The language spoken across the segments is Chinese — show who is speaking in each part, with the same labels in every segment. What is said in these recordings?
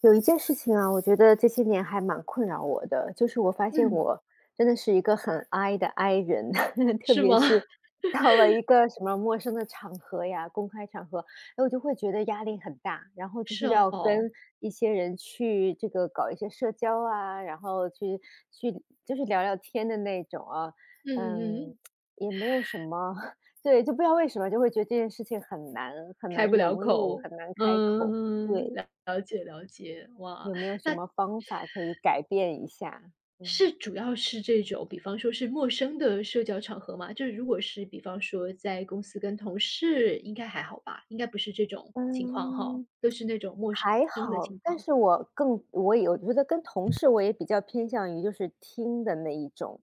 Speaker 1: 有一件事情啊，我觉得这些年还蛮困扰我的，就是我发现
Speaker 2: 嗯，
Speaker 1: 我真的是一个很 I 的 I 人，特
Speaker 2: 是
Speaker 1: 别
Speaker 2: 吗？
Speaker 1: 是 到了一个什么陌生的场合呀，公开场合，哎，我就会觉得压力很大，然后就
Speaker 2: 是
Speaker 1: 是要
Speaker 2: 哦，
Speaker 1: 跟一些人去这个搞一些社交啊，然后去就是聊聊天的那种啊，
Speaker 2: 嗯嗯
Speaker 1: 嗯，
Speaker 2: 嗯，
Speaker 1: 也没有什么，对，就不知道为什么就会觉得这件事情很难很
Speaker 2: 开
Speaker 1: 难
Speaker 2: 不了
Speaker 1: 融入，
Speaker 2: 口，
Speaker 1: 很难
Speaker 2: 嗯，
Speaker 1: 开口，对。
Speaker 2: 了解了解，哇，
Speaker 1: 有没有什
Speaker 2: 那
Speaker 1: 么方法可以改变一下？嗯。
Speaker 2: 是主要是这种，比方说是陌生的社交场合嘛，就是如果是比方说在公司跟同事，应该还好吧？应该不是这种情况哈，
Speaker 1: 嗯，
Speaker 2: 都是那种陌生
Speaker 1: 还
Speaker 2: 的
Speaker 1: 好，
Speaker 2: 情
Speaker 1: 但
Speaker 2: 况。
Speaker 1: 是我更我也我觉得跟同事我也比较偏向于就是听的那一种，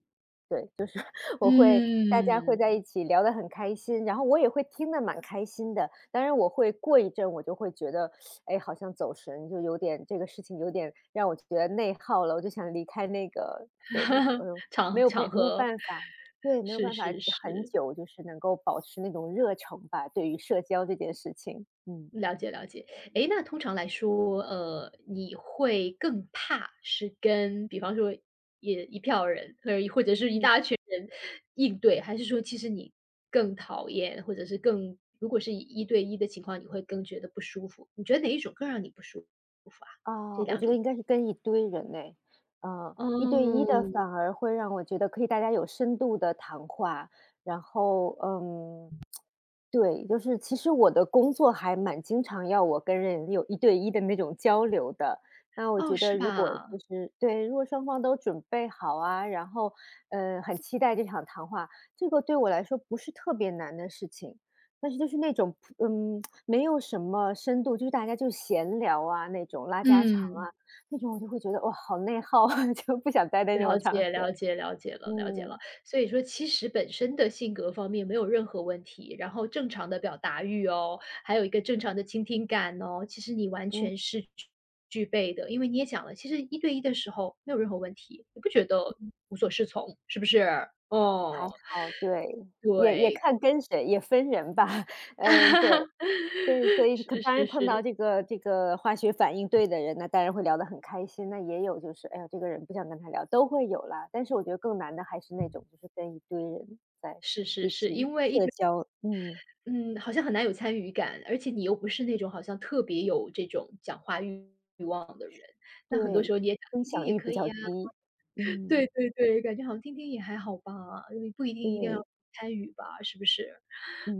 Speaker 1: 对，就是 我会大家会在一
Speaker 2: 嗯，
Speaker 1: 起聊得很开心，然后我也会听得蛮开心的。当然我会过一阵我就会觉得，哎，好像走神，就有点这个事情有点让我觉得内耗了，我就想离开那个，对，那 个，没
Speaker 2: 场
Speaker 1: 有办
Speaker 2: 场
Speaker 1: 没有
Speaker 2: 合，
Speaker 1: 办法，对，没有
Speaker 2: 是
Speaker 1: 办法
Speaker 2: 是
Speaker 1: 很
Speaker 2: 是。
Speaker 1: 久就是能够保持那种热诚吧，对于社交这件事情，嗯
Speaker 2: 了解了解。诶，那通常来说，你会更怕是跟比方说也一票人，或者是一
Speaker 1: 嗯。
Speaker 2: 大群人应对，还是说其实你更讨厌，或者是更如果是以一对一的情况，你会更觉得不舒服？你觉得哪一种更让你不舒服啊？这
Speaker 1: 啊，我
Speaker 2: 两
Speaker 1: 觉
Speaker 2: 种？
Speaker 1: 得应该是跟一堆人呢。一对一
Speaker 2: 哦，
Speaker 1: 的反而会让我觉得可以大家有深度的谈话，然后嗯，对，就是其实我的工作还蛮经常要我跟人有一对一的那种交流的。那我
Speaker 2: 哦，
Speaker 1: 觉
Speaker 2: 是
Speaker 1: 得如果
Speaker 2: 吧？
Speaker 1: 就是对，如果双方都准备好啊，然后很期待这场谈话，这个对我来说不是特别难的事情。但是就是那种嗯没有什么深度，就是大家就闲聊啊那种，拉家常
Speaker 2: 嗯。
Speaker 1: 啊，那种我就会觉得哇，好内耗啊，就不想待在那种
Speaker 2: 了
Speaker 1: 场
Speaker 2: 解了
Speaker 1: 合。
Speaker 2: 解了解了了解了。
Speaker 1: 嗯，
Speaker 2: 所以说其实本身的性格方面没有任何问题，然后正常的表达欲哦，还有一个正常的倾听感哦，其实你完
Speaker 1: 嗯，
Speaker 2: 全是具备的。因为你也讲了，其实一对一的时候没有任何问题，你不觉得无所适从，是不是？
Speaker 1: 还
Speaker 2: 哦。
Speaker 1: 好，对，也
Speaker 2: 对。
Speaker 1: 看跟谁，也分人吧。嗯，对，对，所以可
Speaker 2: 是
Speaker 1: 当
Speaker 2: 是
Speaker 1: 然碰到
Speaker 2: 是，
Speaker 1: 这个化学反应对的人，那当然会聊得很开心。那也有就是，哎呀，这个人不想跟他聊，都会有啦。但是我觉得更难的还是那种，就是跟一堆人在
Speaker 2: 是是
Speaker 1: 一
Speaker 2: 是，
Speaker 1: 起
Speaker 2: 因为一
Speaker 1: 社
Speaker 2: 对
Speaker 1: 交，嗯。
Speaker 2: 嗯，好像很难有参与感，而且你又不是那种好像特别有这种讲话欲望的人，那很多时
Speaker 1: 对，
Speaker 2: 候你也想
Speaker 1: 分
Speaker 2: 听听
Speaker 1: 享
Speaker 2: 也
Speaker 1: 欲
Speaker 2: 可
Speaker 1: 比
Speaker 2: 以
Speaker 1: 较
Speaker 2: 呀。
Speaker 1: 低。
Speaker 2: 对
Speaker 1: 嗯，
Speaker 2: 对对，感觉好像听听也还好吧，因为不一定一定要
Speaker 1: 对，
Speaker 2: 参与吧，是不是？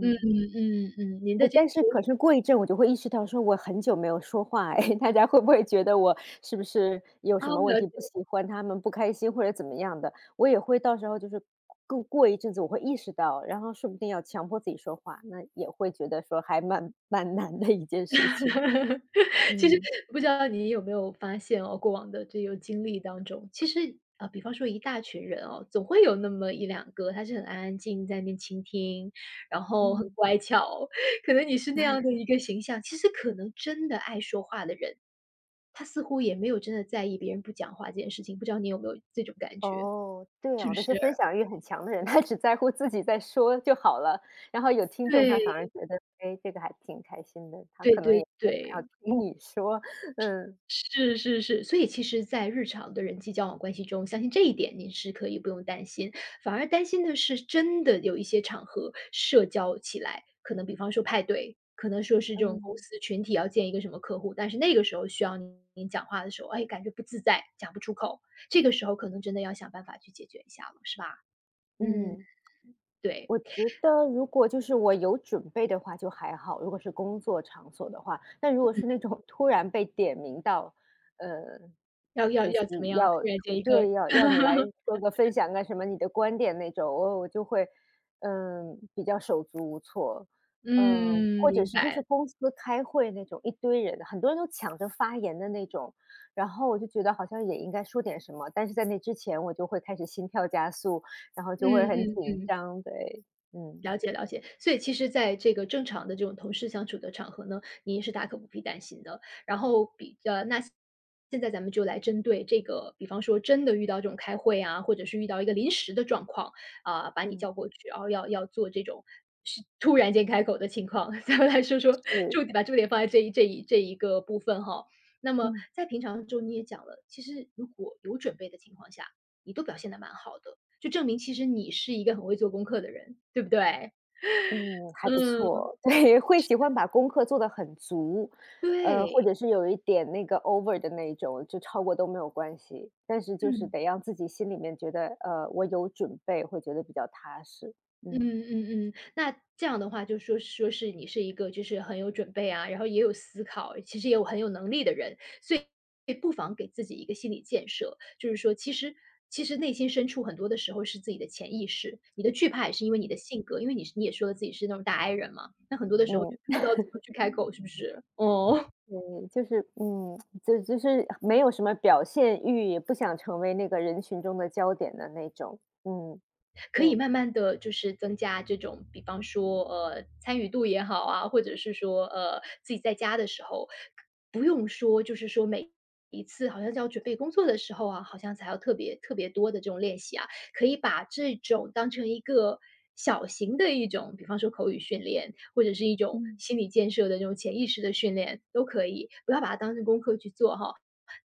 Speaker 2: 嗯嗯嗯，嗯您的
Speaker 1: 哎，
Speaker 2: 这
Speaker 1: 但是可是过一阵我就会意识到说我很久没有说话哎，大家会不会觉得我是不是有
Speaker 2: 啊，
Speaker 1: 什么
Speaker 2: 我
Speaker 1: 问
Speaker 2: 了
Speaker 1: 题，不
Speaker 2: 解。
Speaker 1: 喜欢他们，不开心或者怎么样的，我也会到时候就是过一阵子我会意识到，然后说不定要强迫自己说话，那也会觉得说还蛮难的一件事情。
Speaker 2: 其实
Speaker 1: 嗯，
Speaker 2: 不知道你有没有发现哦，过往的这个经历当中，其实啊，比方说一大群人哦，总会有那么一两个，他是很安安静静在那边倾听，然后很
Speaker 1: 嗯。
Speaker 2: 乖巧，可能你是那样的一个形象。其实可能真的爱说话的人，他似乎也没有真的在意别人不讲话这件事情，不知道你有没有这种感觉？
Speaker 1: 哦，对
Speaker 2: 是
Speaker 1: 哦，
Speaker 2: 不
Speaker 1: 那
Speaker 2: 是？
Speaker 1: 些分享欲很强的人，他只在乎自己在说就好了，然后有听众，他反而
Speaker 2: 对，
Speaker 1: 觉得，哎，这个还挺开心的，他
Speaker 2: 对
Speaker 1: 可能
Speaker 2: 对
Speaker 1: 也不想
Speaker 2: 对。
Speaker 1: 要听你说，嗯。
Speaker 2: 是是是，所以其实在日常的人际交往关系中，相信这一点您是可以不用担心，反而担心的是真的有一些场合社交起来，可能比方说派对，可能说是这种公
Speaker 1: 嗯
Speaker 2: 司群体要见一个什么客户，但是那个时候需要您讲话的时候，哎，感觉不自在，讲不出口，这个时候可能真的要想办法去解决一下了，是吧？嗯，
Speaker 1: 嗯，
Speaker 2: 对，
Speaker 1: 我觉得如果就是我有准备的话就还好，如果是工作场所的话，但如果是那种突然被点名到，呃
Speaker 2: 要要
Speaker 1: 就是
Speaker 2: 要怎么样？
Speaker 1: 要
Speaker 2: 突然间一个
Speaker 1: 对，要你来 说个分享个什么你的观点那种，我就会，嗯，比较手足无措。嗯，
Speaker 2: 嗯，
Speaker 1: 或者
Speaker 2: 明
Speaker 1: 是就是
Speaker 2: 白，
Speaker 1: 公司开会那种，一堆人，很多人都抢着发言的那种，然后我就觉得好像也应该说点什么，但是在那之前我就会开始心跳加速，然后就会很
Speaker 2: 嗯嗯。
Speaker 1: 紧张，对，嗯，
Speaker 2: 了解了解，所以其实在这个正常的这种同事相处的场合呢，您是大可不必担心的。然后比那现在咱们就来针对这个，比方说真的遇到这种开会啊，或者是遇到一个临时的状况啊、把你叫
Speaker 1: 嗯，
Speaker 2: 过去，然后要做这种是突然间开口的情况，咱们来说说
Speaker 1: 是，
Speaker 2: 重点，把重点放在这一个部分哈。那么
Speaker 1: 嗯。
Speaker 2: 在平常中你也讲了，其实如果有准备的情况下，你都表现的蛮好的。就证明其实你是一个很会做功课的人，对不对？
Speaker 1: 嗯，还不
Speaker 2: 嗯，
Speaker 1: 错，对，会喜欢把功课做得很足，呃，或
Speaker 2: 对，
Speaker 1: 者是有一点那个 over 的那一种，就超过都没有关系，但是就是
Speaker 2: 嗯，
Speaker 1: 得让自己心里面觉得，呃，我有准备，会觉得比较踏实。
Speaker 2: 嗯
Speaker 1: 嗯
Speaker 2: 嗯嗯。那这样的话就说说是你是一个就是很有准备啊，然后也有思考，其实也有很有能力的人，所以不妨给自己一个心理建设，就是说其实内心深处很多的时候是自己的潜意识，你的惧怕也是因为你的
Speaker 1: 嗯。
Speaker 2: 性格，因为你是你也说了自己是那种大 I 人嘛，那很多的时候就
Speaker 1: 嗯，
Speaker 2: 不知道怎么去开口，是不是？哦。
Speaker 1: 对，就是嗯，就是没有什么表现欲，也不想成为那个人群中的焦点的那种。嗯，
Speaker 2: 可以
Speaker 1: 就
Speaker 2: 慢慢的就是增加这种，比方说，参与度也好啊，或者是说，自己在家的时候，不用说就是说每一次好像要准备工作的时候啊，好像才要特别特别多的这种练习啊，可以把这种当成一个小型的一种，比方说口语训练，或者是一种
Speaker 1: 嗯。
Speaker 2: 心理建设的这种潜意识的训练都可以，不要把它当成功课去做哈。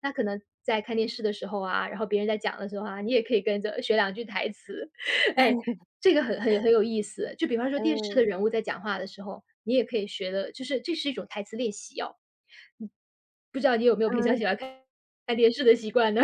Speaker 2: 那可能在看电视的时候啊，然后别人在讲的时候啊，你也可以跟着学两句台词，哎，这个很有意思。就比方说电视的
Speaker 1: 嗯
Speaker 2: 人物在讲话的时候，你也可以学的，就是这是一种台词练习哦。不知道你有没有平常
Speaker 1: 嗯，
Speaker 2: 喜欢看电视的习惯呢？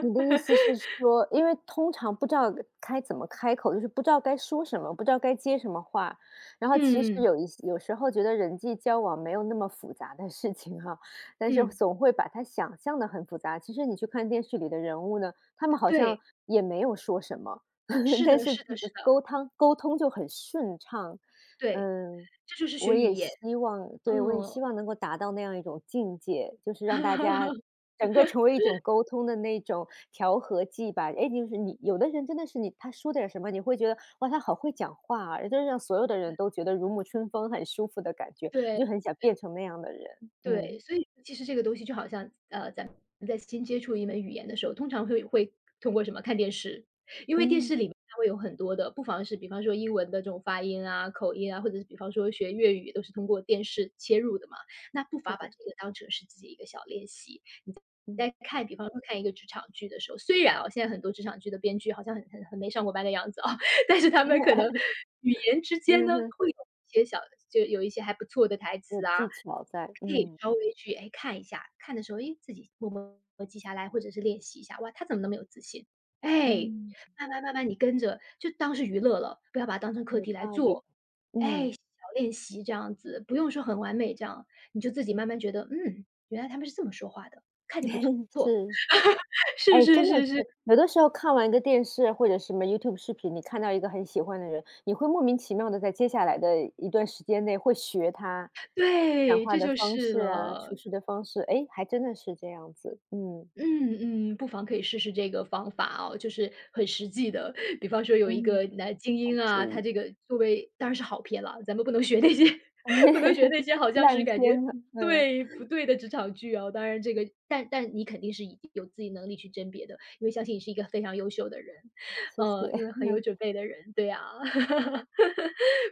Speaker 1: 你的意 思是说，因为通常不知道该怎么开口，就是不知道该说什么，不知道该接什么话。然后其实
Speaker 2: 嗯，
Speaker 1: 有一些有时候觉得人际交往没有那么复杂的事情哈，但是
Speaker 2: 嗯，
Speaker 1: 总会把它想象的很复杂。其实你去看电视里的人物呢，他们好像
Speaker 2: 对，
Speaker 1: 也没有说什么，
Speaker 2: 是
Speaker 1: 但
Speaker 2: 的
Speaker 1: 是
Speaker 2: 是的
Speaker 1: 这
Speaker 2: 是
Speaker 1: 个
Speaker 2: 的，
Speaker 1: 沟通沟通就很顺畅。
Speaker 2: 对，
Speaker 1: 嗯，
Speaker 2: 这就是学
Speaker 1: 我
Speaker 2: 语
Speaker 1: 也
Speaker 2: 言，
Speaker 1: 希望
Speaker 2: 嗯。
Speaker 1: 对，我也希望能够达到那样一种境界，就是让大家 整个成为一种沟通的那种调和剂吧。诶，就是你有的人真的是你他说点什么，你会觉得，哇，他好会讲话啊，就是让所有的人都觉得如沐春风，很舒服的感觉，
Speaker 2: 对。
Speaker 1: 我就很想变成那样的人。
Speaker 2: 对，
Speaker 1: 嗯，
Speaker 2: 所以其实这个东西就好像，咱们在新接触一门语言的时候，通常会通过什么？看电视，因为电
Speaker 1: 嗯，
Speaker 2: 视里面它会有很多的，不妨是比方说英文的这种发音啊、口音啊，或者是比方说学粤语都是通过电视切入的嘛，那不妨
Speaker 1: 是
Speaker 2: 把
Speaker 1: 的，
Speaker 2: 这个当成是自己一个小练习。
Speaker 1: 嗯，
Speaker 2: 在看比方说看一个职场剧的时候，虽然啊，现在很多职场剧的编剧好像很没上过班的样子啊，但是他们可能语言之间呢，
Speaker 1: 嗯哼，
Speaker 2: 会有一些小就有一些还不错的台
Speaker 1: 有
Speaker 2: 词啊，
Speaker 1: 技巧在，
Speaker 2: 可以
Speaker 1: 嗯，
Speaker 2: 稍微去，哎，看一下，看的时候，哎自己默默地记下来，或者是练习一下，哇，他怎么那么有自信？哎，
Speaker 1: 嗯，
Speaker 2: 慢慢你跟着，就当是娱乐了，不要把它当成课
Speaker 1: 有
Speaker 2: 题来
Speaker 1: 道理，
Speaker 2: 做。哎，小
Speaker 1: 嗯，
Speaker 2: 练习这样子，不用说很完美这样，你就自己慢慢觉得，嗯，原来他们是这么说话的，看着不错，
Speaker 1: 嗯，是。哎，
Speaker 2: 是是
Speaker 1: 真的
Speaker 2: 是
Speaker 1: 是，
Speaker 2: 是，
Speaker 1: 有的时候看完一个电视或者什么 YouTube 视频，你看到一个很喜欢的人，你会莫名其妙的在接下来的一段时间内会学他讲
Speaker 2: 对，
Speaker 1: 话
Speaker 2: 这
Speaker 1: 的
Speaker 2: 就
Speaker 1: 方
Speaker 2: 是
Speaker 1: 式啊，处
Speaker 2: 了。
Speaker 1: 事的方式，哎，还真的是这样子，嗯，
Speaker 2: 嗯嗯，不妨可以试试这个方法哦，就是很实际的。比方说有一个
Speaker 1: 嗯，
Speaker 2: 男精
Speaker 1: 好
Speaker 2: 英啊，
Speaker 1: 主
Speaker 2: 他
Speaker 1: 意，
Speaker 2: 这个作为当然是好片了，咱们不能学那些 不能学那些好 像
Speaker 1: 烂
Speaker 2: 是感觉
Speaker 1: 片了，嗯，
Speaker 2: 对不对的职场剧哦。当然这个，但你肯定是已经有自己能力去甄别的，因为相信你是一个非常优秀的人，
Speaker 1: 谢谢。
Speaker 2: 因为很有准备的人，对呀、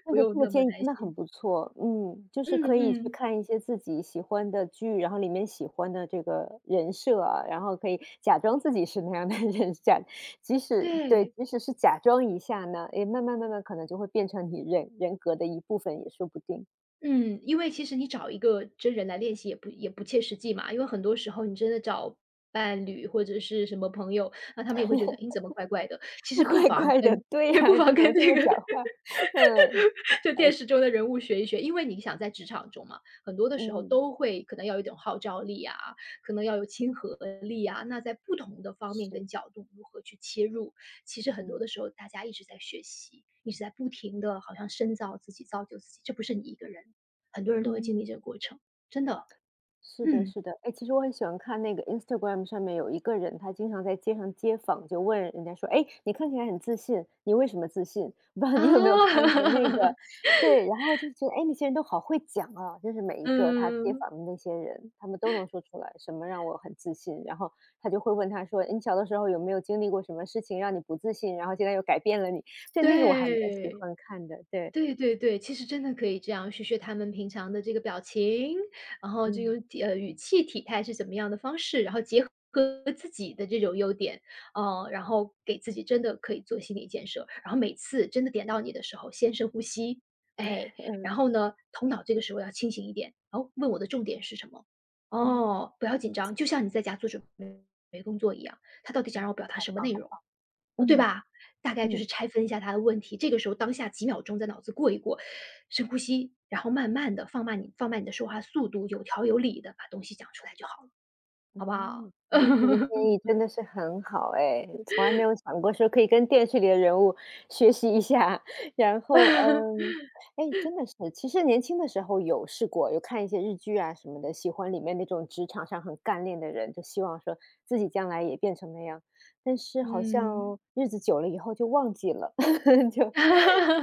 Speaker 1: 这
Speaker 2: 不
Speaker 1: 个
Speaker 2: 用
Speaker 1: 这个
Speaker 2: 那么
Speaker 1: 建议
Speaker 2: 担
Speaker 1: 真的很
Speaker 2: 心。
Speaker 1: 不错，嗯，就是
Speaker 2: 嗯
Speaker 1: 可以去
Speaker 2: 嗯，
Speaker 1: 看一些自己喜欢的剧，然后里面喜欢的这个人设啊，然后可以假装自己是那样的人，假即使对，
Speaker 2: 对。
Speaker 1: 即使是假装一下呢，诶，慢慢慢慢可能就会变成你人格的一部分也说不定。
Speaker 2: 嗯，因为其实你找一个真人来练习也不切实际嘛，因为很多时候你真的找伴侣或者是什么朋友，那他们也会觉得，诶，你怎么怪怪的？其实 不
Speaker 1: 怪
Speaker 2: 妨
Speaker 1: 怪的，
Speaker 2: 跟
Speaker 1: 对呀，
Speaker 2: 对，不妨
Speaker 1: 怎
Speaker 2: 跟
Speaker 1: 么这
Speaker 2: 这
Speaker 1: 么
Speaker 2: 个
Speaker 1: 讲话？嗯，
Speaker 2: 就电
Speaker 1: 哎，
Speaker 2: 视中的人物学一学，因为你想在职场中嘛，很多的时候
Speaker 1: 嗯，
Speaker 2: 都会可能要有一种号召力啊，可能要有亲和力啊。那在不同的方面跟
Speaker 1: 是，
Speaker 2: 角度如何去切入，其实很多的
Speaker 1: 嗯
Speaker 2: 时候大家一直在学习，一直在不停的好像深造自己、造就自己，这不是你一个人，很多人都会经历
Speaker 1: 嗯。
Speaker 2: 这个过程，真的，
Speaker 1: 是的，
Speaker 2: 嗯
Speaker 1: 是的，哎，其实我很喜欢看那个 Instagram 上面有一个人，他经常在街上街访，就问人家说：“哎，你看起来很自信，你为什么自信？”不知道
Speaker 2: 啊，
Speaker 1: 你有没有看过那个？对，然后就觉得，哎，那些人都好会讲啊，就是每一个他街
Speaker 2: 嗯，
Speaker 1: 访的那些人，他们都能说出来什么让我很自信。然后他就会问他说：“哎你小的时候有没有经历过什么事情让你不自信，然后现在又改变了你？”对，那个我还蛮喜
Speaker 2: 对。
Speaker 1: 欢看的。对，
Speaker 2: 对对对，其实真的可以这样，学学他们平常的这个表情，然后这用
Speaker 1: 嗯
Speaker 2: 语气、体态是怎么样的方式，然后结合自己的这种优点，然后给自己真的可以做心理建设。然后每次真的点到你的时候，先深呼吸，哎，然后 呢，头脑这个时候要清醒一点，然后问我的重点是什么？
Speaker 1: 嗯嗯，
Speaker 2: 哦，不要紧张，就像你在家做准备工作一样，他到底想让我表达
Speaker 1: 好
Speaker 2: 什么
Speaker 1: 棒，
Speaker 2: 内
Speaker 1: 好
Speaker 2: 容？
Speaker 1: 棒，
Speaker 2: 对
Speaker 1: 嗯
Speaker 2: 吧？大概就
Speaker 1: 嗯。
Speaker 2: 是拆分一下他的问题，这个时候当下几秒钟在脑子过一过，深呼吸，然后慢慢的放慢你的说话速度，有条有理的把东西讲出来就好了，好不好？
Speaker 1: 嗯，哎，这个建议真的是很好哎，从来没有想过说可以跟电视里的人物学习一下。然后，嗯，哎，真的是，其实年轻的时候有试过，有看一些日剧啊什么的，喜欢里面那种职场上很干练的人，就希望说自己将来也变成那样。但是好
Speaker 2: 嗯。
Speaker 1: 像日子久了以后就忘记了，就，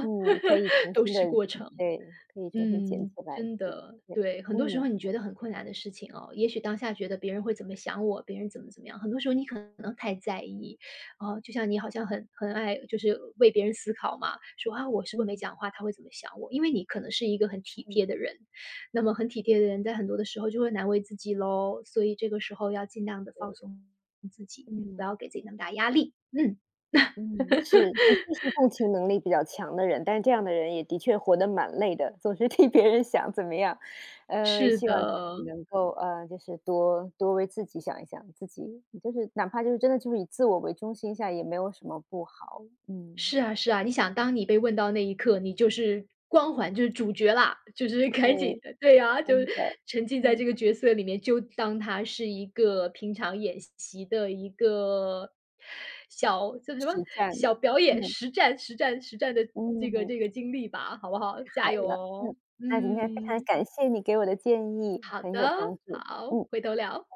Speaker 1: 嗯，可以重
Speaker 2: 都
Speaker 1: 新
Speaker 2: 是
Speaker 1: 的，
Speaker 2: 过程。
Speaker 1: 对，可以重新捡起
Speaker 2: 嗯，
Speaker 1: 来，
Speaker 2: 真
Speaker 1: 对，
Speaker 2: 的，
Speaker 1: 对，
Speaker 2: 对，很多时候
Speaker 1: 嗯
Speaker 2: 你觉得很困难的事情哦，也许当下觉得别人会怎么想我，别人怎么怎么样，很多时候你可能太在意，哦，就像你好像很爱就是为别人思考嘛，说啊我是不是没
Speaker 1: 嗯，
Speaker 2: 讲话，他会怎么想我？因为你可能是一个很体
Speaker 1: 是
Speaker 2: 贴的人，那么很体贴的人在很多的时候就会难为自己喽，所以这个时候要尽量的放松自己，不
Speaker 1: 嗯。
Speaker 2: 要给自己那么大压力。嗯，
Speaker 1: 嗯，是，的确是共情能力比较强的人，但是这样的人也的确活得蛮累的，总是替别人想怎么样。呃，我也
Speaker 2: 是
Speaker 1: 希望自己
Speaker 2: 的。
Speaker 1: 能够，呃，就是多多为自己想一想，自己就是哪怕就是真的就是以自我为中心下也没有什么不好。嗯，
Speaker 2: 是啊是啊，你想当你被问到那一刻，你就是光环，就是主角啦，就是赶紧
Speaker 1: 对，
Speaker 2: 对呀，就是
Speaker 1: 真的，
Speaker 2: 沉浸在这
Speaker 1: 嗯，
Speaker 2: 个角色里面，就当他是一个平常演习的一个小叫什么
Speaker 1: 实战
Speaker 2: 小
Speaker 1: 的，
Speaker 2: 表演，
Speaker 1: 嗯
Speaker 2: 实战的这个
Speaker 1: 嗯，
Speaker 2: 这个经历吧，好不好？
Speaker 1: 好
Speaker 2: 加油
Speaker 1: 了，
Speaker 2: 哦！
Speaker 1: 嗯，那今天非常
Speaker 2: 嗯，
Speaker 1: 感谢你给我的建议，
Speaker 2: 好
Speaker 1: 很有
Speaker 2: 的，
Speaker 1: 帮助，
Speaker 2: 好，
Speaker 1: 嗯。
Speaker 2: 回头聊。